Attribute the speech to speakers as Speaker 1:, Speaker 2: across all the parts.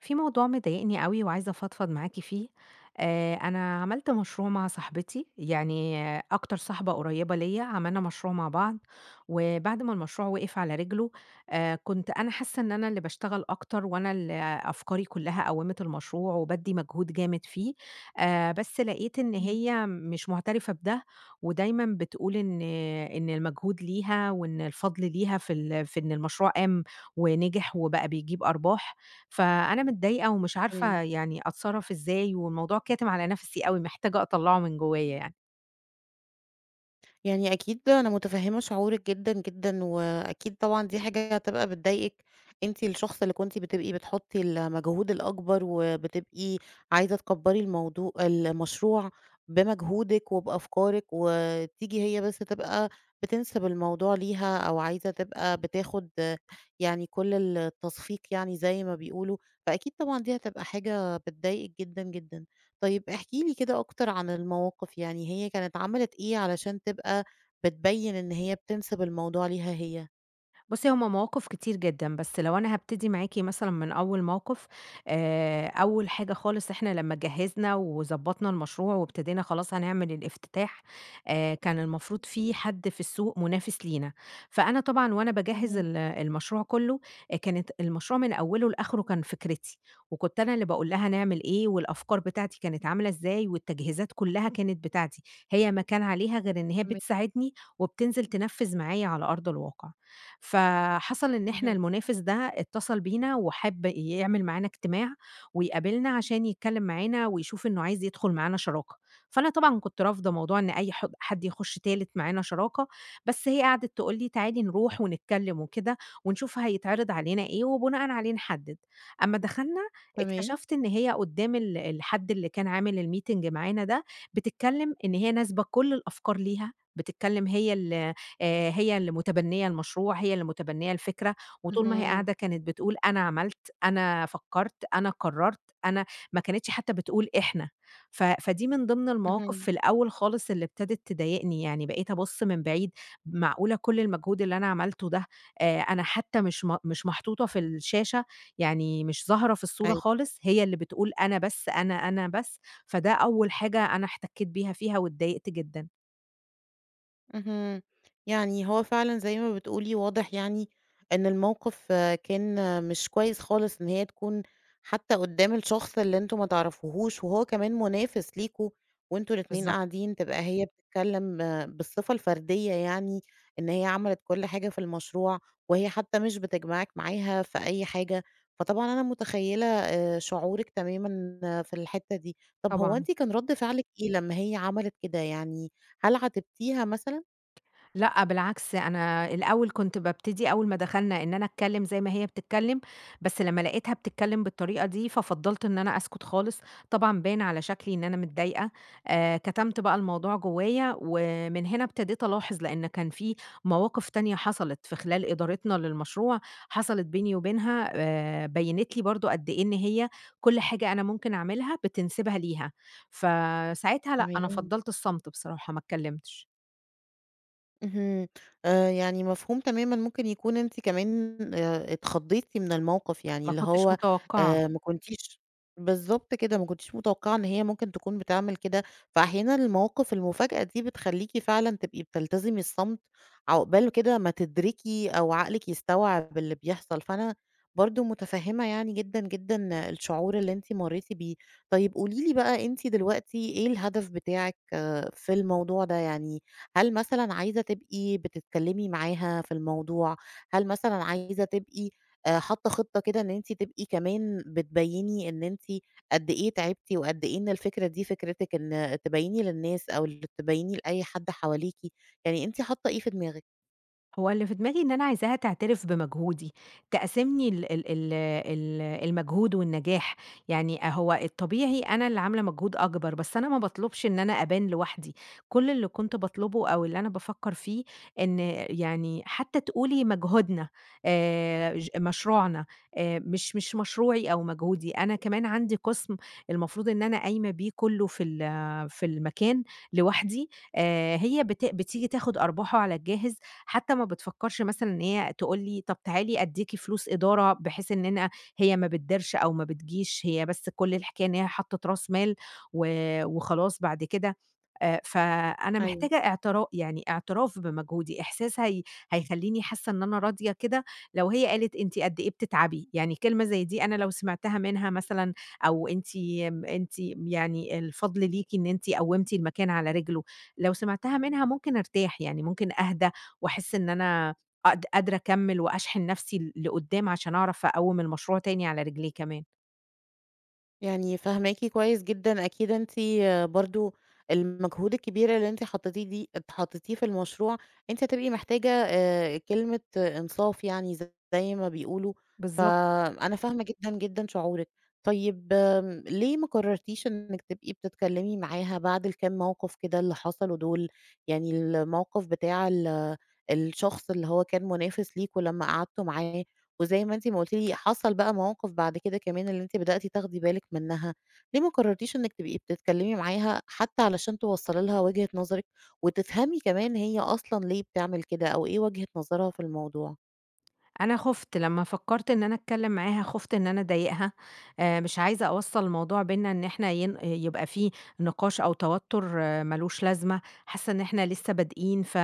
Speaker 1: في موضوع مضايقني أوي وعايزة أفضفض معاكِ فيه، أنا عملت مشروع مع صاحبتي، يعني آه، أكتر صاحبة قريبة ليّا، عملنا مشروع مع بعض، وبعد ما المشروع وقف على رجله، كنت أنا حاسة إن أنا اللي باشتغل أكتر وأنا ال أفكاري كلها قوّمت المشروع وبادّي مجهود جامد فيه، بس لقيت إن
Speaker 2: إمم،
Speaker 1: هي مش مُعترفة بده، ودايمًا بتقول إن المجهود ليها وإن الفضل ليها في إن المشروع قام ونجح وبقى بيجيب أرباح، فأنا متضايقة ومش
Speaker 2: تمام.
Speaker 1: عارفة يعني أتصرّف إزاي والموضوع كاتم على نَفَسي أوي، محتاجة أطلّعه من جوّايا يعني.
Speaker 2: يعني أكيد أنا متفهّمة شعورِك جدًا، جدًا، وأكيد طبعًا دي حاجة هتبقى بتضايقِك، أنتِ الشخص اللي كنتِ بتبقي بتحطّي المجهود الأكبر، وبتبقي عايزة تكبّري المشروع بمجهودِك وبأفكارِك، وتيجي هي بس تبقى بتنسب الموضوع ليها، أو عايزة تبقى بتاخد يعني كل التصفيق يعني زي ما بيقولوا، فأكيد طبعًا دي هتبقى حاجة بتضايقِك جدًا، جدًا. طيب احكِ لي كده أكتر عن المواقف، يعني هي كانت عملت إيه علشان تبقى بتبيّن إن هي بتنسب الموضوع ليها هي؟
Speaker 1: بُصّي، هُم مواقف كتير جدًا، بس لو أنا هابتدي معاكِ مثلًا من أول موقف، أول حاجة خالص إحنا لمّا جهّزنا وضبّطنا المشروع وابتدينا خلاص هنعمل الافتتاح، كان المفروض في حد في السوق منافس لينا، فأنا طبعًا وأنا باجهّز
Speaker 2: اهم،
Speaker 1: المشروع كُلّه، كانت المشروع من أوله لآخره كان فكرتي، وكنت أنا اللي باقول لها نعمل إيه والأفكار بتاعتي كانت عاملة إزاي والتجهيزات كُلّها كانت بتاعتي، هي ما كان عليها غير إن هي
Speaker 2: تمام،
Speaker 1: بتساعدني وبتنزل تنفّذ معايا على أرض الواقع. فحصل إن إحنا
Speaker 2: اهم،
Speaker 1: المنافس ده اتصل بينا وحَب يعمل معانا اجتماع ويقابلنا عشان يتكلّم معانا ويشوف إنه عايز يدخل معانا شراكة، فأنا طبعًا كنت رافضة موضوع إن أي حد يخُش تالت معانا شراكة، بس هي قعدت تقول لي: "تعالي نروح ونتكلّم وكده ونشوف هيتعرض علينا إيه وبناءً عليه نحدّد." أمّا دخلنا
Speaker 2: تمام.
Speaker 1: اكتشفت إن هي قُدّام الحد اللي كان عامل الmeeting معانا ده بتتكلّم إن هي ناسبة كل الأفكار ليها، بتتكلّم هي ال هي اللي متبنية المشروع، هي اللي متبنية الفكرة، وطول ما هي
Speaker 2: اهم،
Speaker 1: قاعدة كانت بتقول أنا عملت، أنا فكّرت، أنا قرّرت، أنا ما كانتش حتى بتقول إحنا. ف فدي من ضمن المواقف
Speaker 2: اهم.
Speaker 1: في الأول خالص اللي ابتدت تضايقني، يعني بقيت أبُص من بعيد معقولة كل المجهود اللي أنا عملته ده أنا حتى مش محطوطة في الشاشة، يعني مش ظاهرة في الصورة خالص، هي اللي بتقول أنا بس، أنا، أنا بس، فده أول حاجة أنا احتكيت بيها فيها واتضايقت جدًا.
Speaker 2: اهم. يعني هو فعلًا زي ما بتقولي واضح يعني إن الموقف كان مش كويس خالص إن هي تكون حتى قدّام الشخص اللي أنتم ما تعرفوهوش وهو كمان منافس ليكم وأنتم الاتنين
Speaker 1: بالضبط،
Speaker 2: قاعدين تبقى هي بتتكلّم بالصفة الفردية يعني إن هي عملت كل حاجة في المشروع وهي حتى مش بتجمعِك معاها في أي حاجة، فطبعًا أنا متخيّلة شعورِك تمامًا في الحتّة دي. طَب هو
Speaker 1: طبعًا.
Speaker 2: أنتِ كان رَد فعلِك إيه لمّا هي عملت كده، يعني هل عاتبتيها مثلًا؟
Speaker 1: لأ، بالعكس أنا الأول كنت بابتدي أول ما دخلنا إن أنا أتكلّم زي ما هي بتتكلّم، بس لمّا لقيتها بتتكلّم بالطريقة دي، ففضّلت إن أنا أسكت خالص، طبعًا باين على شكلي إن أنا متضايقة، كتمت بقى الموضوع جوّايا، ومن هنا ابتديت ألاحظ لإن كان في مواقف تانية حصلت في خلال إدارتنا للمشروع، حصلت بيني وبينها بيّنت لي برضه قد إيه إن هي كل حاجة أنا ممكن أعملها بتنسبها ليها، فساعتها لأ، أنا
Speaker 2: تمام.
Speaker 1: فضّلت الصمت بصراحة ما اتكلّمتش،
Speaker 2: اهم. يعني مفهوم تمامًا، ممكن يكون أنتِ كمان اتخضّيتِ من الموقف، يعني
Speaker 1: ما
Speaker 2: اللي
Speaker 1: كنتش
Speaker 2: هو
Speaker 1: متوقعة.
Speaker 2: ما كنتيش بالضبط كده، ما كنتيش متوقعة إن هي ممكن تكون بتعمل كده، فأحيانًا المواقف المفاجأة دي بتخلّيكِ فعلًا تبقي بتلتزمي الصمت عقبال كده ما تدركي أو عقلِك يستوعب اللي بيحصل، فأنا برضه متفهّمة يعني جدًا، جدًا الشعور اللي أنتِ مرّيتِ بيه. طيب قولي لي بقى أنتِ دلوقتي إيه الهدف بتاعِك في الموضوع ده؟ يعني هل مثلًا عايزة تبقي بتتكلمي معاها في الموضوع؟ هل مثلًا عايزة تبقي حاطة خطة كده إن أنتِ تبقي كمان بتبيّني إن أنتِ قد إيه تعبتِ وقد إيه إن الفكرة دي فكرتِك إن تبيّني للناس أو تبيّني لأي حد حواليكِ، يعني أنتِ حاطة إيه في دماغِك؟
Speaker 1: هو اللي في دماغي إن أنا عايزاها تعترف بمجهودي، تقاسمني ال ال ال ال المجهود والنجاح، يعني هو الطبيعي أنا اللي عاملة مجهود أكبر، بس أنا ما باطلبش إن أنا أبان لوحدي، كل اللي كنت باطلبه أو اللي أنا بافكر فيه إن يعني حتى تقولي مجهودنا ج مشروعنا مش مشروعي أو مجهودي، أنا كمان عندي قسم المفروض إن أنا قايمة بيه كله في المكان لوحدي، هي بت بتيجي تاخد أرباحه على الجاهز حتى ما بتفكّرش مثلًا إن هي تقول لي طب تعالي أدّيكِ فلوس إدارة بحيث إن أنا هي ما بتديرش أو ما بتجيش، هي بس كل الحكاية إن هي حطّت راس مال و وخلاص بعد كده فأنا محتاجة اعتراف بمجهودي، إحساس هي هيخلّيني حاسّة إن أنا راضية كده لو هي قالت أنتِ قد إيه بتتعبي، يعني كلمة زي دي أنا لو سمعتها منها مثلًا أو أنتِ م أنتِ يعني الفضل ليكِ إن أنتِ قوّمتِ المكان على رجله، لو سمعتها منها ممكن أرتاح، يعني ممكن أهدى واحس إن أنا قادرة أكمّل وأشحن نَفْسي لقدّام عشان أعرف أقوّم المشروع تاني على رجليه كمان.
Speaker 2: يعني فاهماكِ كويس جدًا، أكيد أنتِ برضه المجهود الكبيرة اللي أنتِ حطيتيه دي حطيتيه في المشروع، أنتِ هتبقي محتاجة كلمة إنصاف يعني زي ما بيقولوا،
Speaker 1: بالضبط.
Speaker 2: فأنا فاهمة جدًا، جدًا شعورِك. طيب ليه ما قررتيش إنِّك تبقي بتتكلمي معاها بعد الكام موقف كده اللي حصلوا دول؟ يعني الموقف بتاع الشخص اللي هو كان منافس ليكم لمّا قعدتوا معاه، وزي ما أنتِ ما قُلتِ لي حصل بقى مواقف بعد كده كمان اللي أنتِ بدأتِ تاخدي بالِك منها، ليه ما قررتيش إنِّك تبقي بتتكلمي معاها حتى علشان توصّلي لها وجهة نظرِك وتفهمي كمان هي أصلًا ليه بتعمل كده أو إيه وجهة نظرها في الموضوع؟
Speaker 1: أنا خُفت لمّا فكّرت إن أنا أتكلّم معاها، خُفت إن أنا أضايقها، مش عايزة أوصّل الموضوع بيننا إن إحنا يبقى في نقاش أو توتُّر ما لوش لازمة، حاسّة إن إحنا لسّه بادئين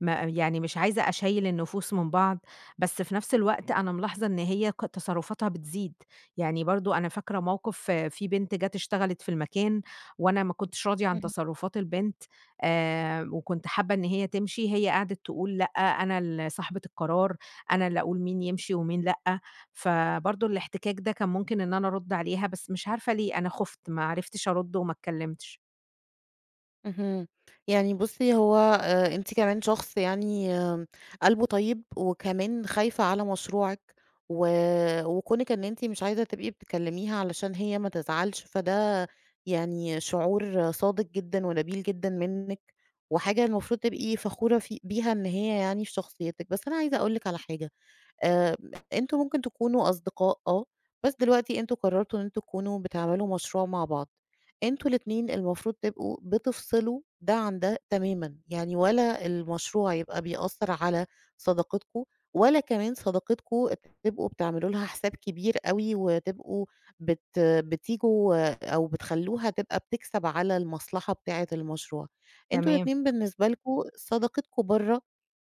Speaker 1: ما يعني مش عايزة أشيّل النفوس من بعض، بس في نفس الوقت أنا ملاحظة إن هي تصرُّفاتها بتزيد، يعني برضه أنا فاكرة موقِف آه، في بنت جات اشتغلت في المكان وأنا ما كنتش راضية عن تصرُّفات البنت وكنت حابّة إن هي تمشي، هي قعدت تقول لأ، أنا صاحبة القرار أنا اللي أقول مين يمشي ومين لأ، فبرضه الاحتكاك ده كان ممكن إن أنا أرُدّ عليها، بس مش عارفة ليه أنا خُفت، ما عرفتش أرُدّ وما اتكلمتش.
Speaker 2: اهم. يعني بُصّي، هو أنتِ كمان شخص يعني قلبه طيب وكمان خايفة على مشروعِك و وكونِك إن أنتِ مش عايزة تبقي بتكلّميها علشان هي ما تزعلش، فده يعني شعور صادق جدًا ونبيل جدًا منِّك وحاجة المفروض تبقي فخورة في بيها إن هي يعني في شخصيتِك. بس أنا عايزة أقول لِك على حاجة. آآ أنتم ممكن تكونوا أصدقاء بس دلوقتي أنتم قررتوا إن أنتم تكونوا بتعملوا مشروع مع بعض، أنتم الاتنين المفروض تبقوا بتفصلوا ده عن ده تمامًا، يعني ولا المشروع يبقى بيأثّر على صداقتكم، ولا كمان صداقتكم تبقوا بتعملوا لها حساب كبير أوي وتبقوا بتيجوا أو بتخلّوها تبقى بتكسب على المصلحة بتاعة المشروع، أنتم
Speaker 1: تمام،
Speaker 2: الاتنين بالنسبة لكم صداقتكم برّه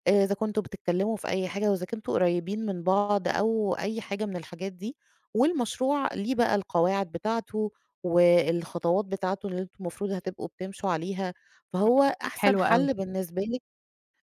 Speaker 2: إذا كنتم بتتكلموا في أي حاجة وإذا كنتم قريبين من بعض أو أي حاجة من الحاجات دي، والمشروع ليه بقى القواعد بتاعته والخطوات بتاعته اللي أنتم المفروض هتبقوا بتمشوا عليها، فهو
Speaker 1: إمم،
Speaker 2: أحسن
Speaker 1: حلو أوي،
Speaker 2: حل بالنسبة لِك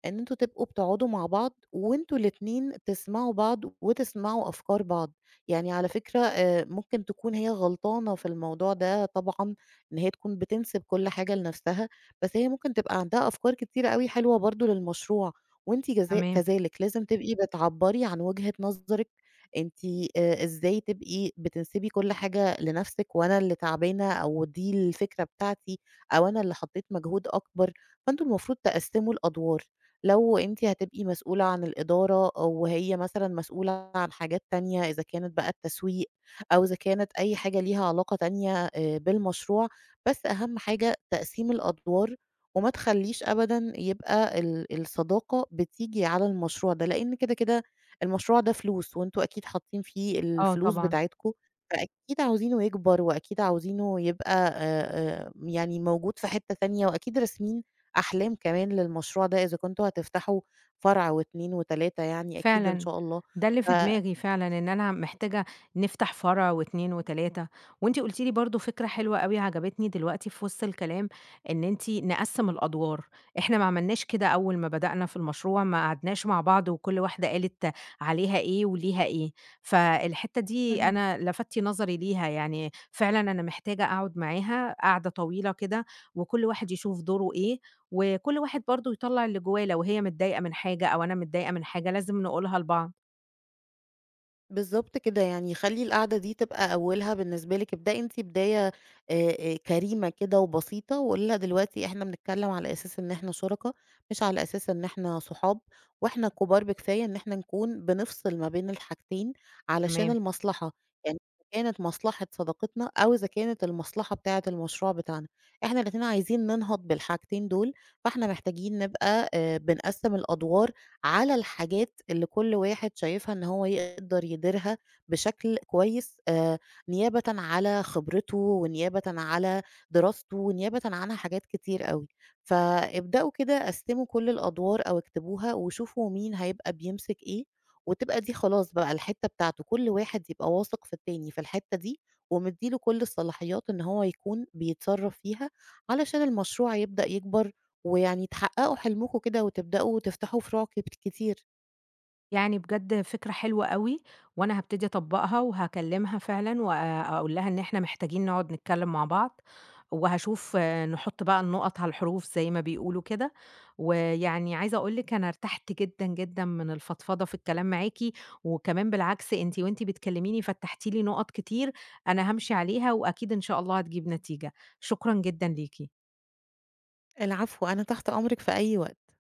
Speaker 2: إن أنتم تبقوا بتقعدوا مع بعض وأنتم الاتنين تسمعوا بعض وتسمعوا أفكار بعض، يعني على فكرة ممكن تكون هي غلطانة في الموضوع ده طبعًا، إن هي تكون بتنسب كل حاجة لنفسها، بس هي ممكن تبقى عندها أفكار كتيرة أوي حلوة برضه للمشروع، وأنتِ جذا
Speaker 1: تمام،
Speaker 2: كذلك لازم تبقي بتعبّري عن وجهة نظرِك أنتِ إزاي تبقي بتنسبي كل حاجة لنفسِك، وأنا اللي تعبانة أو دي الفكرة بتاعتي أو أنا اللي حطيت مجهود أكبر، فأنتم المفروض تقسّموا الأدوار. لو أنتِ هتبقي مسؤولة عن الإدارة وهي مثلًا مسؤولة عن حاجات تانية إذا كانت بقى التسويق أو إذا كانت أي حاجة ليها علاقة تانية بالمشروع، بس أهم حاجة تقسيم الأدوار وما تخلّيش أبدًا يبقى الصداقة بتيجي على المشروع ده، لإن كده، كده المشروع ده فلوس وأنتم أكيد حاطين فيه
Speaker 1: آه
Speaker 2: الفلوس
Speaker 1: طبعًا.
Speaker 2: بتاعتكم، فأكيد عاوزينه يكبر وأكيد عاوزينه يبقى يعني موجود في حتّة تانية وأكيد راسمين أحلام كمان للمشروع ده إذا كنتم هتفتحوا فرع و2 و3 يعني أكيد إن
Speaker 1: فعلًا،
Speaker 2: شاء الله،
Speaker 1: ده اللي
Speaker 2: ف
Speaker 1: في دماغي فعلًا، إن أنا محتاجة نفتح فرع و2 و3 وأنتِ قُلتِ لي برضه فكرة حلوة أوي عجبتني دلوقتي في وسط الكلام، إن أنتِ نقسّم الأدوار، إحنا ما عملناش كده أول ما بدأنا في المشروع، ما قعدناش مع بعض وكل واحدة قالت عليها إيه وليها إيه، فالحتّة دي
Speaker 2: اهم.
Speaker 1: أنا لفتِ نظري ليها، يعني فعلًا أنا محتاجة أقعد معاها قعدة طويلة كده وكل واحد يشوف دوره إيه وكل واحد برضه يطلّع اللي جوّاه، لو هي متضايقة من حاجة أو أنا متضايقة من حاجة لازم نقولها لبعض.
Speaker 2: بالضبط كده، يعني خلّي القعدة دي تبقى أولها بالنسبة لِك، ابدئي أنتِ بداية كريمة كده وبسيطة، وقولي لها دلوقتي إحنا بنتكلّم على أساس إن إحنا شُركا، مش على أساس إن إحنا صحاب، وإحنا كُبار بكفاية إن إحنا نكون بنفصل ما بين الحاجتين علشان
Speaker 1: تمام.
Speaker 2: المصلحة، يعني إذا كانت مصلحة صداقتنا أو إذا كانت المصلحة بتاعة المشروع بتاعنا، إحنا الاتنين عايزين ننهض بالحاجتين دول، فإحنا محتاجين نبقى بنقسّم الأدوار على الحاجات اللي كل واحد شايفها إن هو يقدر يديرها بشكل كويس نيابةً على خبرته، ونيابةً على دراسته، ونيابةً عن حاجات كتير أوي. فابدأوا كده قسّموا كل الأدوار أو اكتبوها، وشوفوا مين هيبقى بيمسك إيه، وتبقى دي خلاص بقى الحتّة بتاعته، كل واحد يبقى واثق في التاني في الحتّة دي، ومدّي له كل الصلاحيات إن هو يكون بيتصرّف فيها، علشان المشروع يبدأ يكبر ويعني تحققوا حلمكم كده وتبدأوا تفتحوا فروع كتير.
Speaker 1: يعني بجد فكرة حلوة أوي، وأنا هابتدي أطبّقها وهاكلّمها فعلًا وأقول لها إن إحنا محتاجين نقعد نتكلّم مع بعض، وهاشوف نحُط بقى النقط على الحروف زي ما بيقولوا كده، ويعني عايزة أقول لِك أنا ارتحت جدًا، جدًا من الفضفضة في الكلام معاكِ، وكمان بالعكس أنتِ وأنتِ بتكلّميني فتّحتِ لي نقط كتير أنا هامشي عليها وأكيد إن شاء الله هتجيب نتيجة. شكرًا جدًا ليكِ.
Speaker 2: العفو، أنا تحت أمرِك في أي وقت.